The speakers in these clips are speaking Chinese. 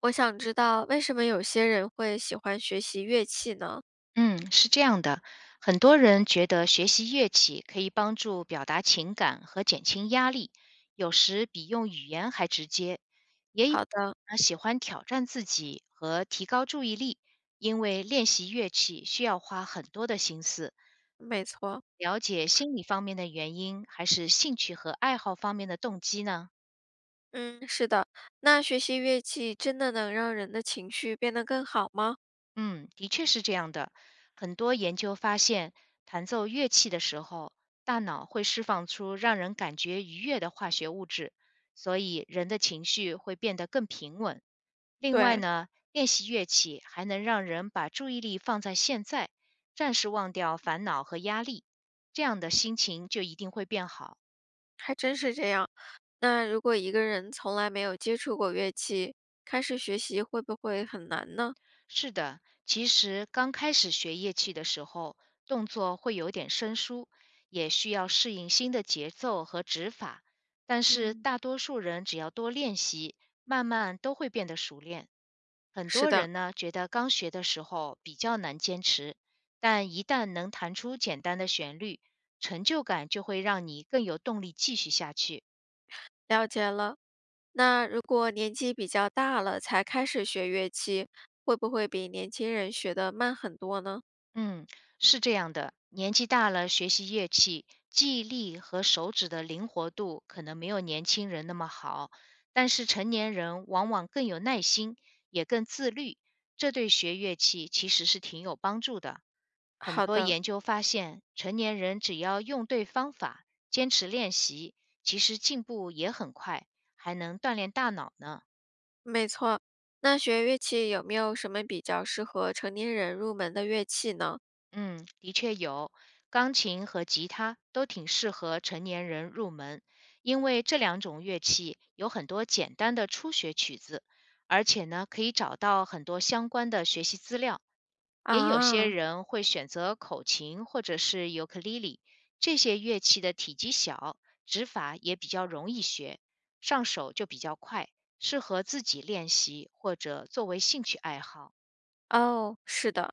我想知道为什么有些人会喜欢学习乐器呢？嗯，是这样的，很多人觉得学习乐器可以帮助表达情感和减轻压力，有时比用语言还直接。也有好的，人喜欢挑战自己和提高注意力，因为练习乐器需要花很多的心思。没错，了解心理方面的原因，还是兴趣和爱好方面的动机呢？嗯，是的。那学习乐器真的能让人的情绪变得更好吗？嗯，的确是这样的。很多研究发现，弹奏乐器的时候，大脑会释放出让人感觉愉悦的化学物质，所以人的情绪会变得更平稳。另外对，呢，练习乐器还能让人把注意力放在现在，暂时忘掉烦恼和压力，这样的心情就一定会变好。还真是这样。那如果一个人从来没有接触过乐器，开始学习会不会很难呢？是的，其实刚开始学乐器的时候，动作会有点生疏，也需要适应新的节奏和指法。但是嗯，大多数人只要多练习，慢慢都会变得熟练。很是多的，人呢，觉得刚学的时候比较难坚持，但一旦能弹出简单的旋律，成就感就会让你更有动力继续下去。了解了。那如果年纪比较大了才开始学乐器，会不会比年轻人学得慢很多呢？嗯，是这样的，年纪大了，学习乐器，记忆力和手指的灵活度可能没有年轻人那么好，但是成年人往往更有耐心，也更自律，这对学乐器其实是挺有帮助的。很好多的。研究发现，成年人只要用对方法，坚持练习，其实进步也很快，还能锻炼大脑呢。没错，那学乐器有没有什么比较适合成年人入门的乐器呢？嗯，的确有，钢琴和吉他都挺适合成年人入门，因为这两种乐器有很多简单的初学曲子，而且呢，可以找到很多相关的学习资料。也有些啊，人会选择口琴或者是尤克里里，这些乐器的体积小，指法也比较容易学，上手就比较快，适合自己练习或者作为兴趣爱好。哦，是的。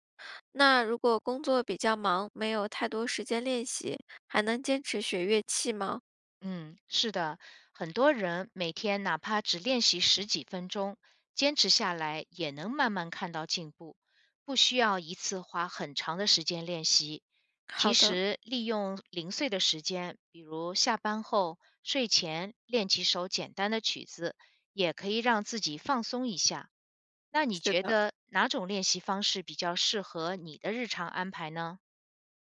那如果工作比较忙，没有太多时间练习，还能坚持学乐器吗？嗯，是的，很多人每天哪怕只练习十几分钟，坚持下来也能慢慢看到进步，不需要一次花很长的时间练习。其好的，实，利用零碎的时间，比如下班后、睡前练几首简单的曲子，也可以让自己放松一下。那你是觉的。得哪种练习方式比较适合你的日常安排呢？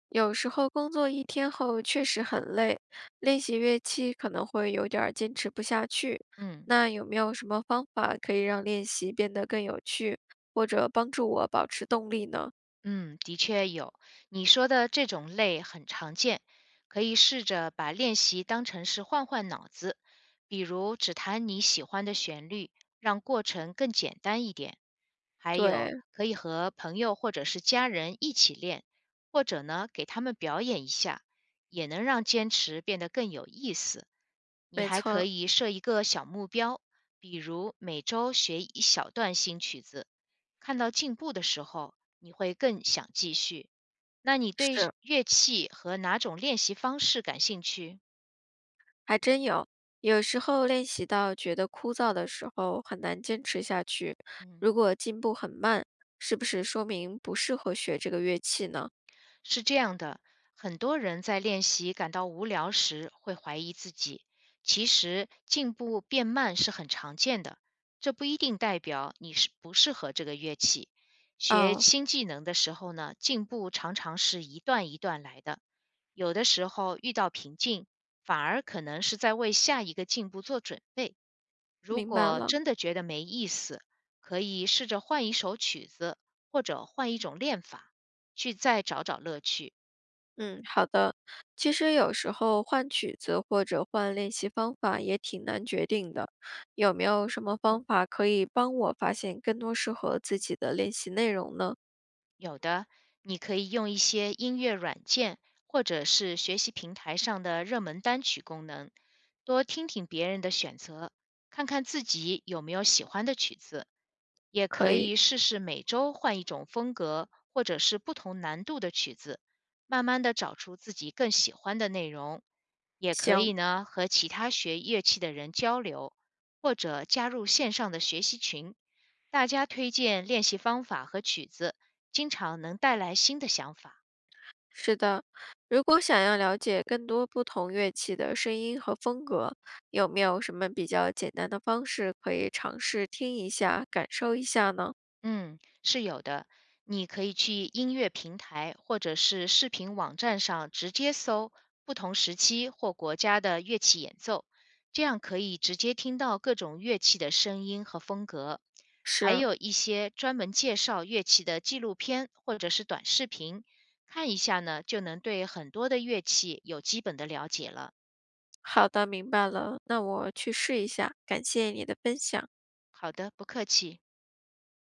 有时候工作一天后确实很累，练习乐器可能会有点儿坚持不下去。嗯。那有没有什么方法可以让练习变得更有趣，或者帮助我保持动力呢？嗯，的确有。你说的这种累很常见，可以试着把练习当成是换换脑子，比如只弹你喜欢的旋律，让过程更简单一点。还对，有，可以和朋友或者是家人一起练，或者呢，给他们表演一下，也能让坚持变得更有意思。你没还可错，以设一个小目标，比如每周学一小段新曲子，看到进步的时候，你会更想继续。那你对是。乐器和哪种练习方式感兴趣？还真有，有时候练习到觉得枯燥的时候，很难坚持下去。嗯。如果进步很慢，是不是说明不适合学这个乐器呢？是这样的，很多人在练习感到无聊时会怀疑自己。其实进步变慢是很常见的，这不一定代表你是不适合这个乐器。学哦，新技能的时候呢，进步常常是一段一段来的，有的时候遇到瓶颈，反而可能是在为下一个进步做准备。如明白果了。真的觉得没意思，可以试着换一首曲子，或者换一种练法，去再找找乐趣。嗯，好的。其实有时候换曲子或者换练习方法也挺难决定的。有没有什么方法可以帮我发现更多适合自己的练习内容呢？有的，你可以用一些音乐软件或者是学习平台上的热门单曲功能，多听听别人的选择，看看自己有没有喜欢的曲子。也可可以，以试试每周换一种风格或者是不同难度的曲子，慢慢的找出自己更喜欢的内容。也可行。以呢和其他学乐器的人交流，或者加入线上的学习群，大家推荐练习方法和曲子，经常能带来新的想法。是的，如果想要了解更多不同乐器的声音和风格，有没有什么比较简单的方式可以尝试听一下、感受一下呢？嗯，是有的。你可以去音乐平台或者是视频网站上直接搜不同时期或国家的乐器演奏，这样可以直接听到各种乐器的声音和风格。还是，有一些专门介绍乐器的纪录片或者是短视频，看一下呢，就能对很多的乐器有基本的了解了。好的，明白了，那我去试一下，感谢你的分享。好的，不客气。